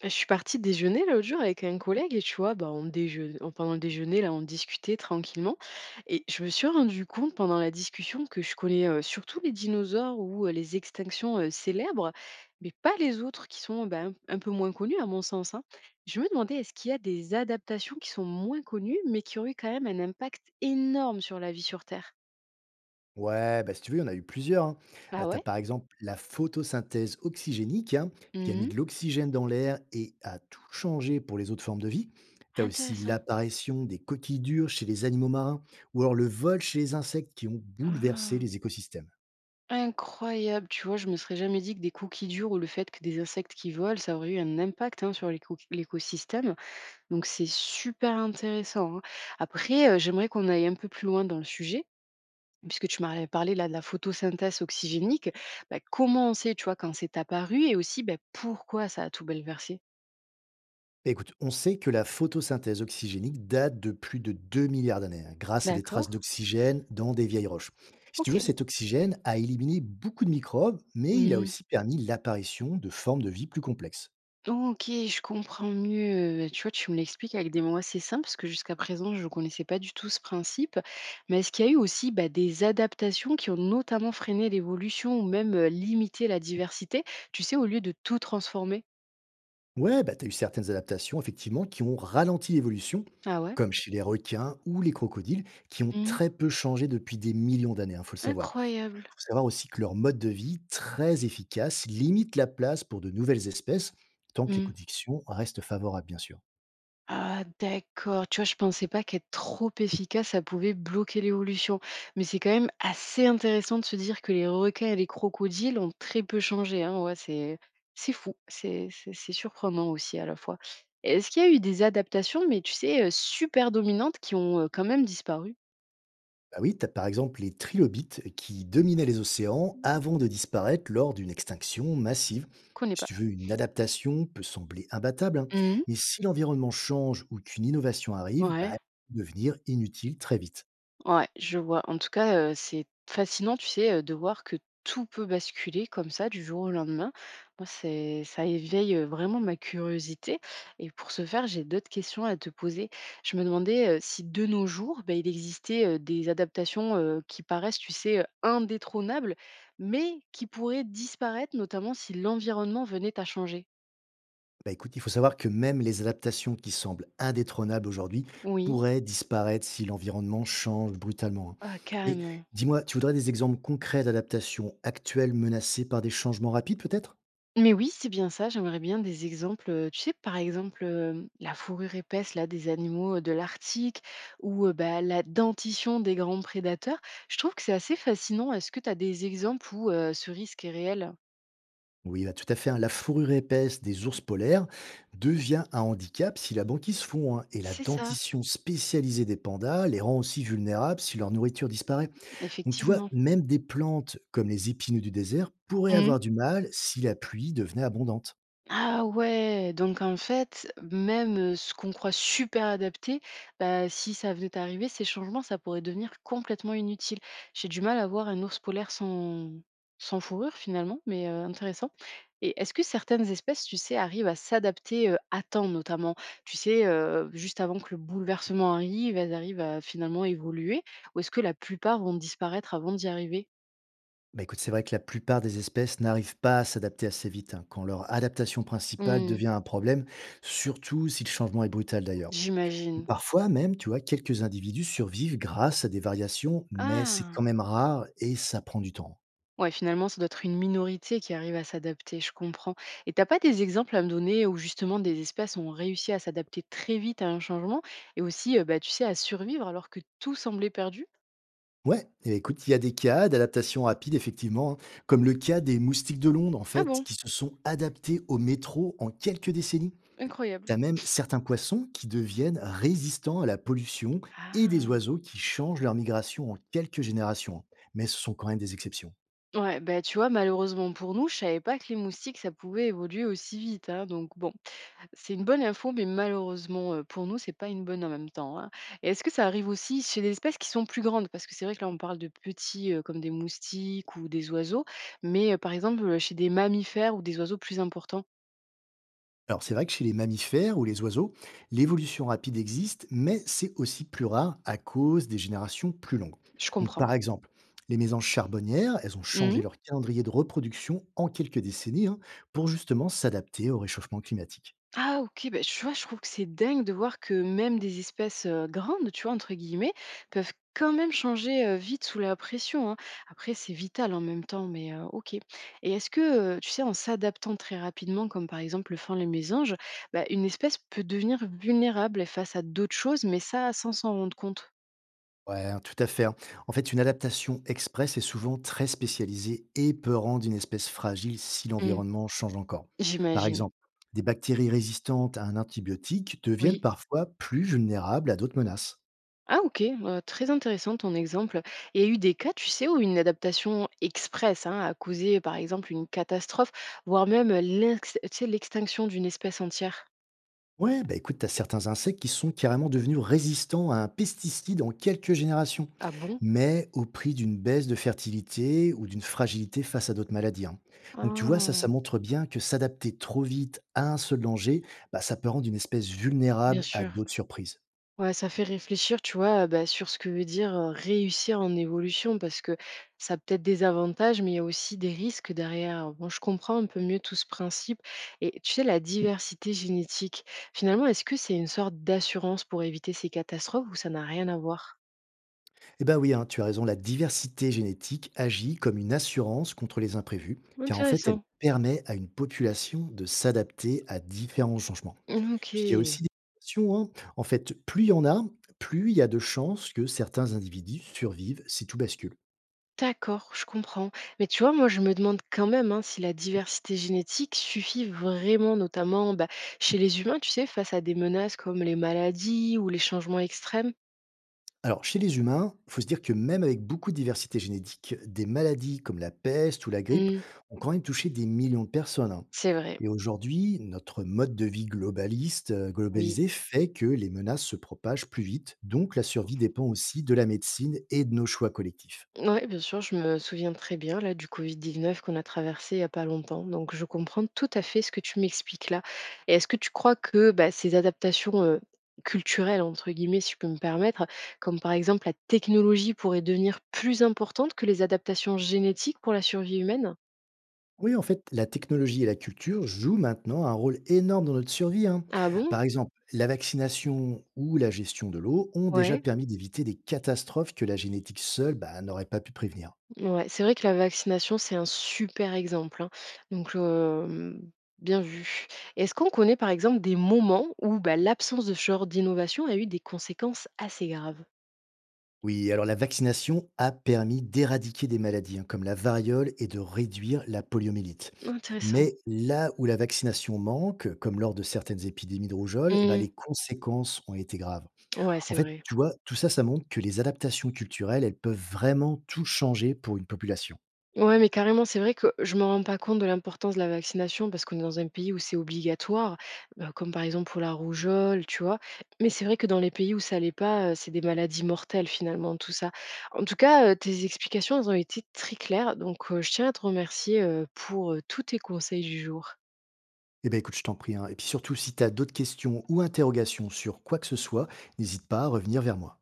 Je suis partie déjeuner l'autre jour avec un collègue et tu vois, bah, pendant le déjeuner, là, on discutait tranquillement. Et je me suis rendu compte pendant la discussion que je connais surtout les dinosaures ou les extinctions célèbres, mais pas les autres qui sont bah, un peu moins connus à mon sens, hein. Je me demandais, est-ce qu'il y a des adaptations qui sont moins connues, mais qui ont eu quand même un impact énorme sur la vie sur Terre. Ouais, bah, si tu veux, il y en a eu plusieurs. Hein. Ah Tu as ouais. par exemple la photosynthèse oxygénique hein, qui a mis Mhm. de l'oxygène dans l'air et a tout changé pour les autres formes de vie. T'as aussi Intéressant. l'apparition des coquilles dures chez les animaux marins ou alors le vol chez les insectes qui ont bouleversé Ah. les écosystèmes. Incroyable, tu vois, je me serais jamais dit que des cookies durs ou le fait que des insectes qui volent, ça aurait eu un impact, hein, sur l'écosystème. Donc c'est super intéressant, hein. Après, j'aimerais qu'on aille un peu plus loin dans le sujet, puisque tu m'as parlé là de la photosynthèse oxygénique. Bah, comment on sait, tu vois, quand c'est apparu et aussi bah, pourquoi ça a tout bouleversé. Bah, écoute, on sait que la photosynthèse oxygénique date de plus de 2 milliards d'années hein, grâce à des D'accord. traces d'oxygène dans des vieilles roches. Si tu Ok. veux, cet oxygène a éliminé beaucoup de microbes, mais il a aussi permis l'apparition de formes de vie plus complexes. OK, je comprends mieux, tu vois, tu me l'expliques avec des mots assez simples parce que jusqu'à présent, je ne connaissais pas du tout ce principe. Mais est-ce qu'il y a eu aussi, bah, des adaptations qui ont notamment freiné l'évolution ou même, limité la diversité? Tu sais, au lieu de tout transformer? Ouais, bah, tu as eu certaines adaptations, effectivement, qui ont ralenti l'évolution, Ah ouais? comme chez les requins ou les crocodiles, qui ont Mmh. très peu changé depuis des millions d'années, il faut le savoir. Incroyable. Il faut savoir aussi que leur mode de vie, très efficace, limite la place pour de nouvelles espèces, tant que les Mmh. conditions restent favorables, bien sûr. Ah d'accord, tu vois, je pensais pas qu'être trop efficace, ça pouvait bloquer l'évolution. Mais c'est quand même assez intéressant de se dire que les requins et les crocodiles ont très peu changé, hein. Ouais, c'est fou, c'est surprenant aussi à la fois. Est-ce qu'il y a eu des adaptations, mais tu sais, super dominantes qui ont quand même disparu? Bah oui, tu as par exemple les trilobites qui dominaient les océans avant de disparaître lors d'une extinction massive. Je connais Si pas. tu veux, une adaptation peut sembler imbattable, hein, Mhm. mais si l'environnement change ou qu'une innovation arrive, bah, Ouais. elle peut devenir inutile très vite. Ouais, je vois. En tout cas, c'est fascinant, tu sais, de voir que tout peut basculer comme ça du jour au lendemain. Moi, c'est ça éveille, vraiment ma curiosité et pour ce faire, j'ai d'autres questions à te poser. Je me demandais, si de nos jours, ben, il existait, des adaptations, qui paraissent, tu sais, indétrônables, mais qui pourraient disparaître, notamment si l'environnement venait à changer? Bah écoute, il faut savoir que même les adaptations qui semblent indétrônables aujourd'hui Oui. pourraient disparaître si l'environnement change brutalement. Hein. Ah, Mais carrément. dis-moi, tu voudrais des exemples concrets d'adaptations actuelles menacées par des changements rapides peut-être? Mais oui, c'est bien ça, j'aimerais bien des exemples, tu sais, par exemple, la fourrure épaisse là des animaux, de l'Arctique ou, bah, la dentition des grands prédateurs. Je trouve que c'est assez fascinant. Est-ce que tu as des exemples où, ce risque est réel? Oui, bah, tout à fait. Hein. La fourrure épaisse des ours polaires devient un handicap si la banquise fond, hein, et la C'est ça, dentition spécialisée des pandas les rend aussi vulnérables si leur nourriture disparaît. Donc tu vois, effectivement. même des plantes comme les épineux du désert pourraient Mmh. avoir du mal si la pluie devenait abondante. Ah ouais, donc en fait, même, ce qu'on croit super adapté, bah, si ça venait d'arriver, ces changements, ça pourrait devenir complètement inutile. J'ai du mal à voir un ours polaire sans fourrure finalement, mais, intéressant. Et est-ce que certaines espèces, tu sais, arrivent à s'adapter, à temps notamment? Tu sais, juste avant que le bouleversement arrive, elles arrivent à finalement évoluer? Ou est-ce que la plupart vont disparaître avant d'y arriver? Bah écoute, c'est vrai que la plupart des espèces n'arrivent pas à s'adapter assez vite hein, quand leur adaptation principale Mmh, devient un problème, surtout si le changement est brutal d'ailleurs. Et j'imagine. parfois même, tu vois, quelques individus survivent grâce à des variations, mais c'est Ah! quand même rare et ça prend du temps. Ouais, finalement, ça doit être une minorité qui arrive à s'adapter, je comprends. Et t'as pas des exemples à me donner où justement des espèces ont réussi à s'adapter très vite à un changement et aussi, bah, tu sais, à survivre alors que tout semblait perdu? Ouais, et écoute, il y a des cas d'adaptation rapide, effectivement, hein, comme le cas des moustiques de Londres, en Ah fait, bon, qui se sont adaptés au métro en quelques décennies. incroyable. T'as même certains poissons qui deviennent résistants à la pollution et des Ah. oiseaux qui changent leur migration en quelques générations. Hein. Mais ce sont quand même des exceptions. Ouais, bah tu vois, malheureusement pour nous, je savais pas que les moustiques, ça pouvait évoluer aussi vite, hein, donc bon. C'est une bonne info, mais malheureusement, pour nous, c'est pas une bonne en même temps, hein. Et est-ce que ça arrive aussi chez des espèces qui sont plus grandes? Parce que c'est vrai que là, on parle de petits, comme des moustiques ou des oiseaux, mais, par exemple, chez des mammifères ou des oiseaux plus importants? Alors c'est vrai que chez les mammifères ou les oiseaux, l'évolution rapide existe, mais c'est aussi plus rare à cause des générations plus longues. Je Donc comprends. par exemple, les mésanges charbonnières, elles ont changé Mmh. leur calendrier de reproduction en quelques décennies hein, pour justement s'adapter au réchauffement climatique. Ah OK, bah, tu vois, je trouve que c'est dingue de voir que même des espèces, grandes », tu vois, entre guillemets, peuvent quand même changer, vite sous la pression, hein. Après c'est vital en même temps, mais OK. Et est-ce que, tu sais, en s'adaptant très rapidement, comme par exemple le faon les mésanges, bah, une espèce peut devenir vulnérable, face à d'autres choses, mais ça, sans s'en rendre compte? Ouais, hein, tout à fait. Hein. En fait, une adaptation express est souvent très spécialisée et peut rendre une espèce fragile si Mmh. l'environnement change encore. Par J'imagine. exemple, des bactéries résistantes à un antibiotique deviennent Oui. parfois plus vulnérables à d'autres menaces. Ah OK, très intéressant ton exemple. Il y a eu des cas, tu sais, où une adaptation express, hein, a causé, par exemple, une catastrophe, voire même, l'ex tu sais, l'extinction d'une espèce entière? Ouais, bah écoute, t'as certains insectes qui sont carrément devenus résistants à un pesticide en quelques générations, Ah bon? mais au prix d'une baisse de fertilité ou d'une fragilité face à d'autres maladies. Hein. Donc tu vois, ça Ah! montre bien que s'adapter trop vite à un seul danger, bah, ça peut rendre une espèce Bien vulnérable à sûr. d'autres surprises. Ouais, ça fait réfléchir, tu vois, bah, sur ce que veut dire réussir en évolution, parce que ça a peut-être des avantages, mais il y a aussi des risques derrière. Bon, je comprends un peu mieux tout ce principe. Et tu sais, la diversité génétique, finalement, est-ce que c'est une sorte d'assurance pour éviter ces catastrophes ou ça n'a rien à voir? Eh ben oui, hein, tu as raison, la diversité génétique agit comme une assurance contre les imprévus, car en fait, elle Intéressant. permet à une population de s'adapter à différents changements. Ok. Puis il y a aussi des mutations, hein. En fait, plus il y en a, plus il y a de chances que certains individus survivent si tout bascule. D'accord, je comprends. Mais tu vois, moi, je me demande quand même hein, si la diversité génétique suffit vraiment, notamment bah, chez les humains, tu sais, face à des menaces comme les maladies ou les changements extrêmes. Alors, chez les humains, il faut se dire que même avec beaucoup de diversité génétique, des maladies comme la peste ou la grippe Hmm, ont quand même touché des millions de personnes. Hein. c'est vrai, Et aujourd'hui, notre mode de vie oui. globalisé fait que les menaces se propagent plus vite, donc la survie dépend aussi de la médecine et de nos choix collectifs. Ouais, bien sûr, je me souviens très bien là du COVID-19 qu'on a traversé il y a pas longtemps. Donc je comprends tout à fait ce que tu m'expliques là. Et est-ce que tu crois que bah, ces adaptations culturelles, entre guillemets, si je peux me permettre, comme par exemple la technologie pourrait devenir plus importante que les adaptations génétiques pour la survie humaine? Oui, en fait, la technologie et la culture jouent maintenant un rôle énorme dans notre survie. Hein. Ah bon? Par exemple, la vaccination ou la gestion de l'eau ont déjà Ouais. permis d'éviter des catastrophes que la génétique seule bah, n'aurait pas pu prévenir. Ouais, c'est vrai que la vaccination, c'est un super exemple, hein. Donc, bien vu. Est-ce qu'on connaît, par exemple, des moments où, bah, l'absence de ce genre d'innovation a eu des conséquences assez graves? Oui, alors la vaccination a permis d'éradiquer des maladies hein, comme la variole et de réduire la poliomyélite. Intéressant. Mais là où la vaccination manque, comme lors de certaines épidémies de rougeole, eh ben, Mmh. les conséquences ont été graves. Ouais, En c'est fait, vrai. tu vois, tout ça, ça montre que les adaptations culturelles, elles peuvent vraiment tout changer pour une population. Ouais, mais carrément, c'est vrai que je me rends pas compte de l'importance de la vaccination parce qu'on est dans un pays où c'est obligatoire, comme par exemple pour la rougeole, tu vois. Mais c'est vrai que dans les pays où ça l'est pas, c'est des maladies mortelles finalement, tout ça. En tout cas, tes explications, elles ont été très claires, donc je tiens à te remercier pour tous tes conseils du jour. Eh bien, écoute, je t'en prie. Hein. Et puis surtout, si tu as d'autres questions ou interrogations sur quoi que ce soit, n'hésite pas à revenir vers moi.